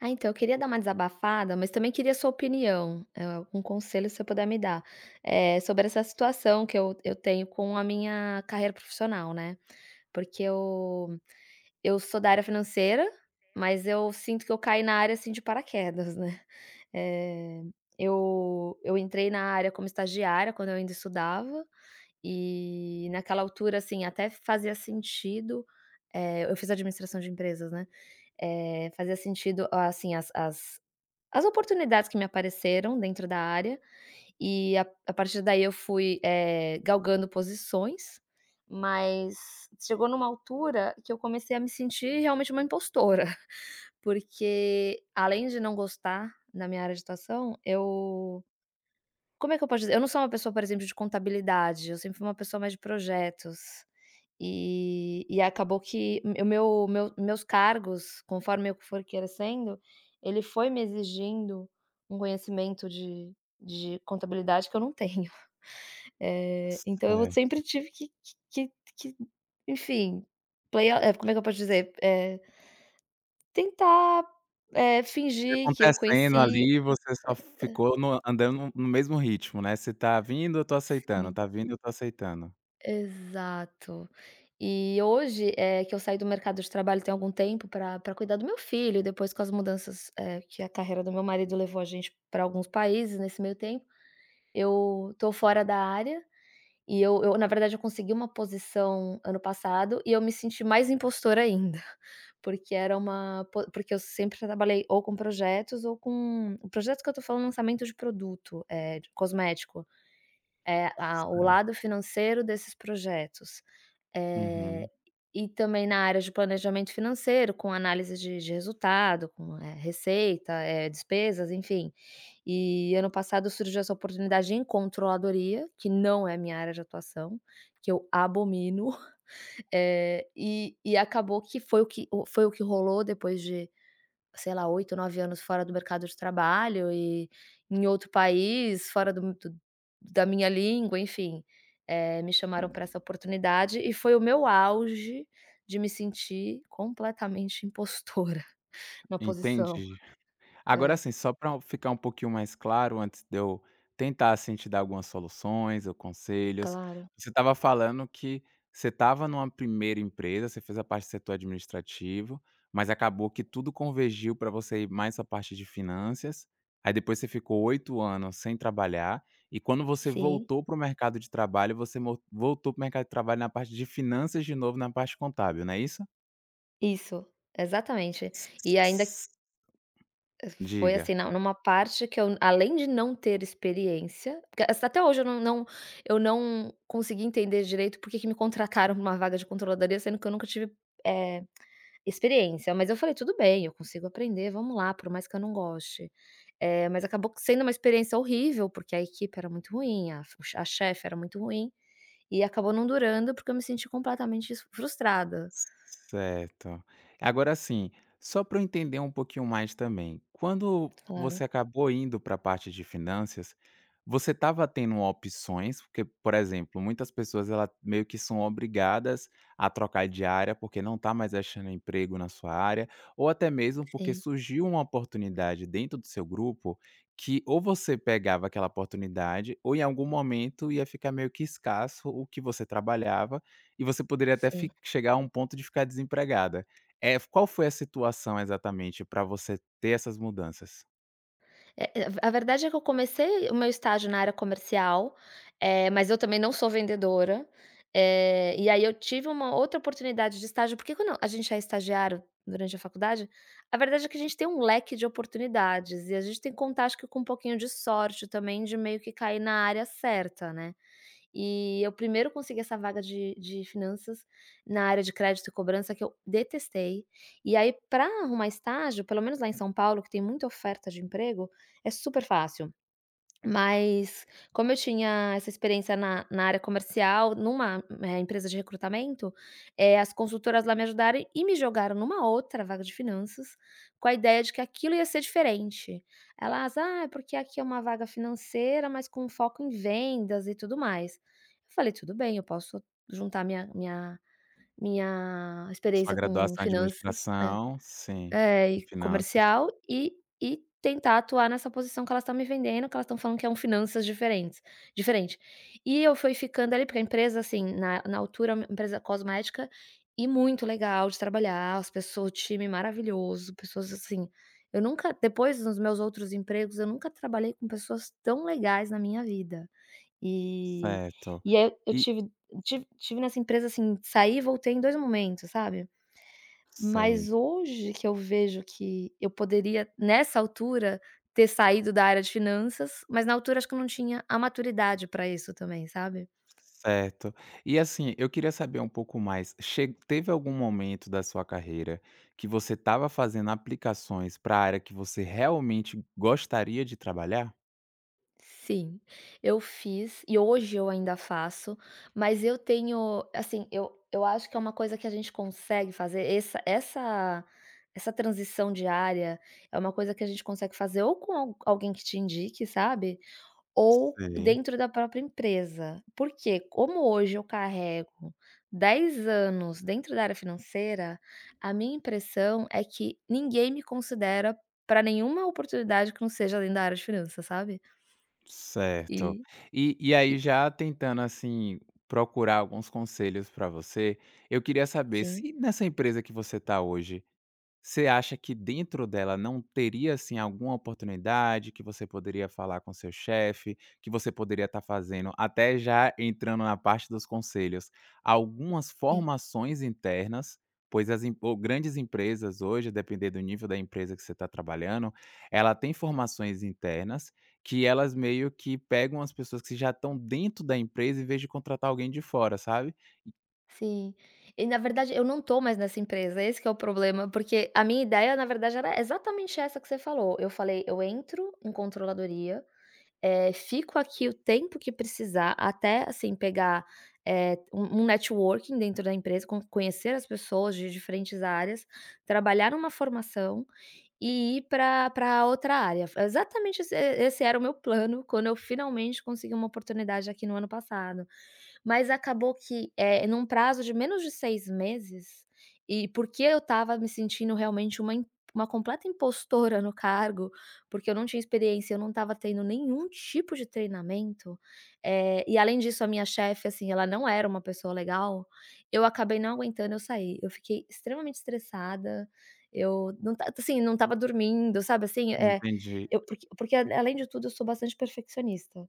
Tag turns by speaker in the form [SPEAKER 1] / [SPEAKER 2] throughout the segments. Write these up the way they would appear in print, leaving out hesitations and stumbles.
[SPEAKER 1] Ah, então eu queria dar uma desabafada, mas também queria sua opinião, algum conselho se você puder me dar, sobre essa situação que eu tenho com a minha carreira profissional, né. Porque eu sou da área financeira, mas eu sinto que eu caí na área, assim, de paraquedas, né. Eh, eu entrei na área como estagiária quando eu ainda estudava, e naquela altura, assim, até fazia sentido, eu fiz administração de empresas, né, fazia sentido, ah, assim, as oportunidades que me apareceram dentro da área, e a partir daí eu fui, galgando posições, mas chegou numa altura que eu comecei a me sentir realmente uma impostora, porque além de não gostar da minha área de atuação, eu como é que eu posso dizer? Eu não sou uma pessoa, por exemplo, de contabilidade, eu sempre fui uma pessoa mais de projetos. E acabou que o meu meus cargos, conforme eu for crescendo, ele foi me exigindo um conhecimento de contabilidade que eu não tenho. Então eu
[SPEAKER 2] Certo.
[SPEAKER 1] sempre tive que que, enfim, play a como é que eu posso dizer? Tentar,
[SPEAKER 2] E
[SPEAKER 1] fingir que eu
[SPEAKER 2] acontecendo
[SPEAKER 1] conhecia.
[SPEAKER 2] ali, você só ficou andando no mesmo ritmo, né? Você tá vindo, eu tô aceitando, tá vindo, eu tô aceitando.
[SPEAKER 1] Exato. E hoje, é que eu saí do mercado de trabalho tem algum tempo para cuidar do meu filho, depois com as mudanças, que a carreira do meu marido levou a gente para alguns países nesse meio tempo, eu tô fora da área e eu na verdade eu consegui uma posição ano passado e eu me senti mais impostora ainda, porque era uma po porque eu sempre trabalhei ou com projetos ou com o projeto que eu tô falando lançamento de produto, é de cosmético. É, a o
[SPEAKER 2] Certo.
[SPEAKER 1] lado financeiro desses projetos. Eh,
[SPEAKER 2] Uhum.
[SPEAKER 1] e também na área de planejamento financeiro, com análise de resultado, com, receita, despesas, enfim. E ano passado surgiu essa oportunidade em controladoria, que não é minha área de atuação, que eu abomino, e acabou que foi o que o foi o que rolou depois de sei lá, 8 9 anos fora do mercado de trabalho e em outro país, fora do da minha língua, enfim, me chamaram para essa oportunidade e foi o meu auge de me sentir completamente impostora na posição.
[SPEAKER 2] Entendi. Agora
[SPEAKER 1] É,
[SPEAKER 2] assim, só para ficar um pouquinho mais claro, antes de eu tentar, assim, te dar algumas soluções ou conselhos,
[SPEAKER 1] claro.
[SPEAKER 2] você estava falando que você estava numa primeira empresa, você fez a parte de setor administrativo, mas acabou que tudo convergiu para você ir mais à parte de finanças, aí depois você ficou 8 anos sem trabalhar, e quando você
[SPEAKER 1] Sim,
[SPEAKER 2] voltou para o mercado de trabalho, você mo voltou para o mercado de trabalho na parte de finanças de novo, na parte contábil, não é isso?
[SPEAKER 1] isso, exatamente. E ainda foi
[SPEAKER 2] Diga.
[SPEAKER 1] assim, não, numa parte que eu além de não ter experiência, porque assim, até hoje eu não eu não consegui entender direito porque que me contrataram para uma vaga de controladoria, sendo que eu nunca tive, eh, experiência, mas eu falei: "Tudo bem, eu consigo aprender, vamos lá, por mais que eu não goste". Mas acabou sendo uma experiência horrível, porque a equipe era muito ruim, a chefe era muito ruim, e acabou não durando, porque eu me senti completamente frustrada.
[SPEAKER 2] Certo. Agora sim. Só para eu entender um pouquinho mais também, quando
[SPEAKER 1] Claro.
[SPEAKER 2] você acabou indo para a parte de finanças, você estava tendo opções? Porque, por exemplo, muitas pessoas ela meio que são obrigadas a trocar de área porque não está mais achando emprego na sua área, ou até mesmo porque
[SPEAKER 1] Sim,
[SPEAKER 2] surgiu uma oportunidade dentro do seu grupo que ou você pegava aquela oportunidade, ou em algum momento ia ficar meio que escasso o que você trabalhava e você poderia até
[SPEAKER 1] sim.
[SPEAKER 2] fi chegar a um ponto de ficar desempregada. É, qual foi a situação exatamente para você ter essas mudanças?
[SPEAKER 1] A verdade é que eu comecei o meu estágio na área comercial, mas eu também não sou vendedora, e aí eu tive uma outra oportunidade de estágio, porque quando a gente é estagiário durante a faculdade, a verdade é que a gente tem um leque de oportunidades e a gente tem que contar acho que com um pouquinho de sorte também, de meio que cair na área certa, né. E eu primeiro consegui essa vaga de finanças na área de crédito e cobrança que eu detestei, e aí para arrumar estágio, pelo menos lá em São Paulo que tem muita oferta de emprego, é super fácil, mas como eu tinha essa experiência na área comercial, numa, empresa de recrutamento, as consultoras lá me ajudaram e me jogaram numa outra vaga de finanças, com a ideia de que aquilo ia ser diferente. Elas: "Ah, é porque aqui é uma vaga financeira, mas com foco em vendas e tudo mais". Eu falei: "Tudo bem, eu posso juntar minha minha
[SPEAKER 2] Sua
[SPEAKER 1] experiência com
[SPEAKER 2] graduação em
[SPEAKER 1] finanças".
[SPEAKER 2] administração, sim,
[SPEAKER 1] É,
[SPEAKER 2] em
[SPEAKER 1] e
[SPEAKER 2] finanças,
[SPEAKER 1] comercial e tentar atuar nessa posição que elas estão me vendendo, que elas estão falando que é um finanças diferente. E eu fui ficando ali, porque a empresa, assim, na altura, uma empresa cosmética e muito legal de trabalhar, as pessoas o time maravilhoso, pessoas assim eu nunca depois nos meus outros empregos, eu nunca trabalhei com pessoas tão legais na minha vida. E
[SPEAKER 2] certo.
[SPEAKER 1] e aí eu
[SPEAKER 2] E
[SPEAKER 1] tive tive nessa empresa, assim, saí e voltei em 2 momentos, sabe?
[SPEAKER 2] sei,
[SPEAKER 1] Mas hoje que eu vejo que eu poderia, nessa altura, ter saído da área de finanças, mas na altura acho que eu não tinha a maturidade para isso também, sabe.
[SPEAKER 2] certo. E assim, eu queria saber um pouco mais, che teve algum momento da sua carreira que você estava fazendo aplicações para a área que você realmente gostaria de trabalhar?
[SPEAKER 1] Sim, eu fiz e hoje eu ainda faço, mas eu tenho assim, eu acho que é uma coisa que a gente consegue fazer, essa transição diária é uma coisa que a gente consegue fazer ou com al alguém que te indique, sabe, ou
[SPEAKER 2] Sei.
[SPEAKER 1] dentro da própria empresa. Porque como hoje eu carrego 10 anos dentro da área financeira, a minha impressão é que ninguém me considera para nenhuma oportunidade que não seja dentro da área de finanças, sabe. E
[SPEAKER 2] Certo. E
[SPEAKER 1] e
[SPEAKER 2] aí já tentando, assim, procurar alguns conselhos para você, eu queria saber
[SPEAKER 1] sim,
[SPEAKER 2] se nessa empresa que você está hoje, você acha que dentro dela não teria, assim, alguma oportunidade que você poderia falar com seu chefe, que você poderia estar fazendo, até já entrando na parte dos conselhos, algumas
[SPEAKER 1] sim,
[SPEAKER 2] formações internas, pois as em ou grandes empresas hoje, a depender do nível da empresa que você está trabalhando, ela tem formações internas que elas meio que pegam as pessoas que já estão dentro da empresa em vez de contratar alguém de fora, sabe.
[SPEAKER 1] sim. E na verdade eu não tô mais nessa empresa, esse que é o problema, porque a minha ideia na verdade era exatamente essa que você falou. Eu falei: "Eu entro em controladoria". Fico aqui o tempo que precisar, até, assim, pegar, um networking dentro da empresa, conhecer as pessoas de diferentes áreas, trabalhar numa formação e ir para pra outra área. Exatamente esse era o meu plano quando eu finalmente consegui uma oportunidade aqui no ano passado. Mas acabou que, é num prazo de menos de 6 meses, e porque eu estava me sentindo realmente uma completa impostora no cargo, porque eu não tinha experiência, eu não estava tendo nenhum tipo de treinamento, e além disso a minha chefe, assim, ela não era uma pessoa legal, eu acabei não aguentando, eu saí. Eu fiquei extremamente estressada, eu não estava dormindo, sabe, assim, é
[SPEAKER 2] Entendi.
[SPEAKER 1] eu além de tudo eu sou bastante perfeccionista.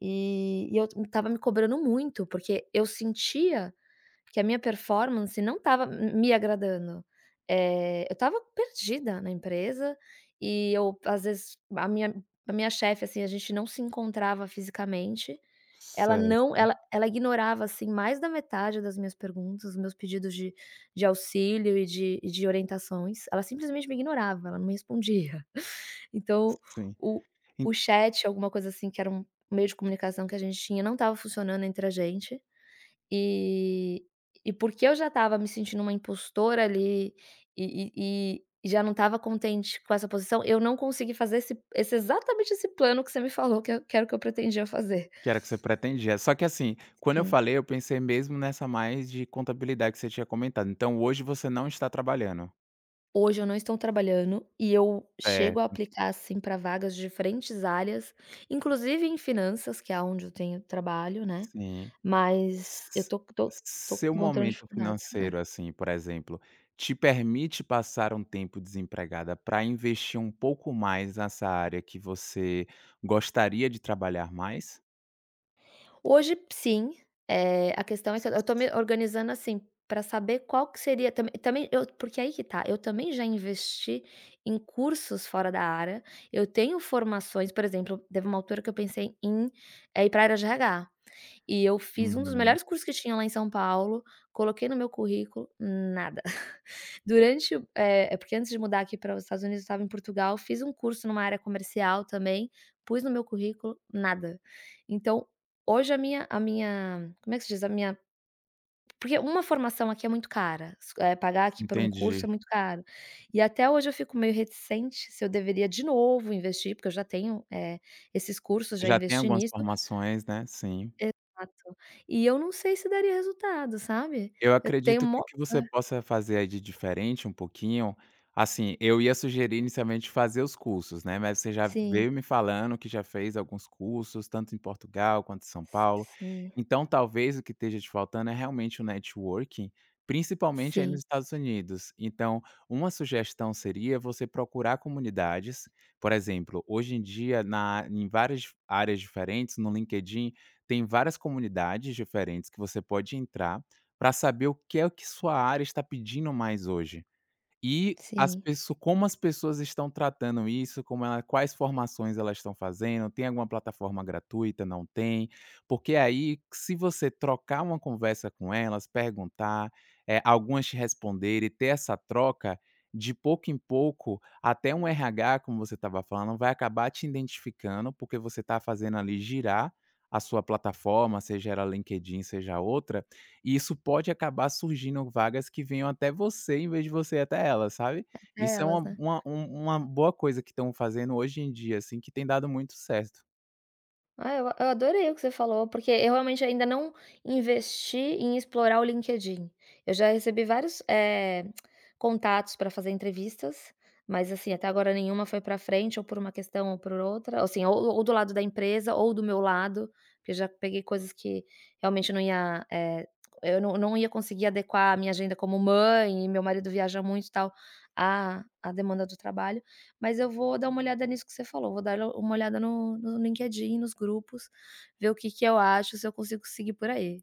[SPEAKER 1] E eu estava me cobrando muito, porque eu sentia que a minha performance não estava m me agradando. Eu estava perdida na empresa e eu às vezes a minha chefe, assim, a gente não se encontrava fisicamente, ela não
[SPEAKER 2] Certo,
[SPEAKER 1] ela ela ignorava, assim, mais da metade das minhas perguntas, os meus pedidos de auxílio e de orientações, ela simplesmente me ignorava, ela não me respondia. Então
[SPEAKER 2] sim.
[SPEAKER 1] o o chat, alguma coisa assim, que era um meio de comunicação que a gente tinha, não estava funcionando entre a gente. E e porque eu já estava me sentindo uma impostora ali e já não estava contente com essa posição, eu não consegui fazer esse esse exatamente esse plano que você me falou que eu que era o que eu pretendia fazer.
[SPEAKER 2] Que era o que você pretendia. Só que assim, quando eu
[SPEAKER 1] Sim.
[SPEAKER 2] falei, eu pensei mesmo nessa mais de contabilidade que você tinha comentado. Então hoje você não está trabalhando.
[SPEAKER 1] Hoje eu não estou trabalhando e eu chego a
[SPEAKER 2] Certo,
[SPEAKER 1] aplicar, assim, para vagas de diferentes áreas, inclusive em finanças, que é onde eu tenho trabalho, né,
[SPEAKER 2] sim.
[SPEAKER 1] mas eu
[SPEAKER 2] S
[SPEAKER 1] tô
[SPEAKER 2] Seu
[SPEAKER 1] encontrando
[SPEAKER 2] momento
[SPEAKER 1] dificuldades, né.
[SPEAKER 2] financeiro, assim, por exemplo, te permite passar um tempo desempregada para investir um pouco mais nessa área que você gostaria de trabalhar mais?
[SPEAKER 1] Hoje sim, a questão é que eu tô me organizando, assim, para saber qual que seria também eu porque aí que tá, eu também já investi em cursos fora da área, eu tenho formações, por exemplo, teve uma altura que eu pensei em, ir para a área de RH. E eu fiz um dos
[SPEAKER 2] Uhum,
[SPEAKER 1] melhores cursos que tinha lá em São Paulo, coloquei no meu currículo, nada. Durante o é porque antes de mudar aqui para os Estados Unidos, eu estava em Portugal, fiz um curso numa área comercial também, pus no meu currículo, nada. Então, hoje a minha como é que se diz? A minha porque uma formação aqui é muito cara, pagar aqui por um
[SPEAKER 2] entendi.
[SPEAKER 1] curso é muito caro. E até hoje eu fico meio reticente se eu deveria de novo investir, porque eu já tenho, esses cursos,
[SPEAKER 2] Você
[SPEAKER 1] já
[SPEAKER 2] já tem
[SPEAKER 1] investi
[SPEAKER 2] algumas
[SPEAKER 1] nisso.
[SPEAKER 2] formações, né, sim.
[SPEAKER 1] Exato. E eu não sei se daria resultado, sabe.
[SPEAKER 2] Eu
[SPEAKER 1] Eu tenho
[SPEAKER 2] acredito que
[SPEAKER 1] mó
[SPEAKER 2] o que você possa fazer aí de diferente um pouquinho, assim, eu ia sugerir inicialmente fazer os cursos, né, mas você já
[SPEAKER 1] sim,
[SPEAKER 2] veio me falando que já fez alguns cursos, tanto em Portugal quanto em São Paulo.
[SPEAKER 1] sim,
[SPEAKER 2] Então talvez o que esteja te faltando é realmente o networking, principalmente aí
[SPEAKER 1] sim,
[SPEAKER 2] nos Estados Unidos. Então, uma sugestão seria você procurar comunidades, por exemplo, hoje em dia na em várias dif áreas diferentes, no LinkedIn, tem várias comunidades diferentes que você pode entrar para saber o que é que sua área está pedindo mais hoje. E as
[SPEAKER 1] sim.
[SPEAKER 2] pessoas como as pessoas estão tratando isso, como ela quais formações elas estão fazendo, tem alguma plataforma gratuita, não tem? Porque aí, se você trocar uma conversa com elas, perguntar, algumas te responderem, ter essa troca, de pouco em pouco, até um RH, como você estava falando, vai acabar te identificando, porque você está fazendo ali girar a sua plataforma, seja ela LinkedIn, seja outra, e isso pode acabar surgindo vagas que venham até você, em vez de você ir até ela, sabe. Isso é
[SPEAKER 1] Delas,
[SPEAKER 2] uma
[SPEAKER 1] né.
[SPEAKER 2] uma um uma boa coisa que estão fazendo hoje em dia, assim, que tem dado muito certo.
[SPEAKER 1] Ah, eu adorei o que você falou, porque eu realmente ainda não investi em explorar o LinkedIn. Eu já recebi vários, contatos para fazer entrevistas, mas, assim, até agora nenhuma foi para frente, ou por uma questão ou por outra, assim, ou do lado da empresa ou do meu lado, porque eu já peguei coisas que realmente não ia, eu não ia conseguir adequar a minha agenda como mãe, e meu marido viaja muito e tal, à demanda do trabalho. Mas eu vou dar uma olhada nisso que você falou, vou dar uma olhada no LinkedIn, nos grupos, ver o que que eu acho, se eu consigo seguir por aí.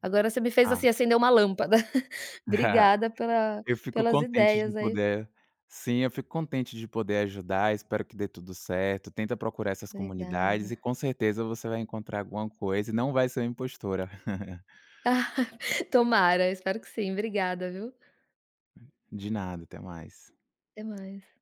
[SPEAKER 1] Agora você me fez,
[SPEAKER 2] Ah,
[SPEAKER 1] assim, acender uma lâmpada. Obrigada pela
[SPEAKER 2] eu fico
[SPEAKER 1] pelas
[SPEAKER 2] contente de
[SPEAKER 1] ideias aí.
[SPEAKER 2] poder sim, eu fico contente de poder ajudar, espero que dê tudo certo, tenta procurar essas comunidades
[SPEAKER 1] Obrigada.
[SPEAKER 2] e com certeza você vai encontrar alguma coisa e não vai ser uma impostora.
[SPEAKER 1] Ah, tomara, espero que sim. Obrigada, viu.
[SPEAKER 2] De nada, até mais.
[SPEAKER 1] Até mais.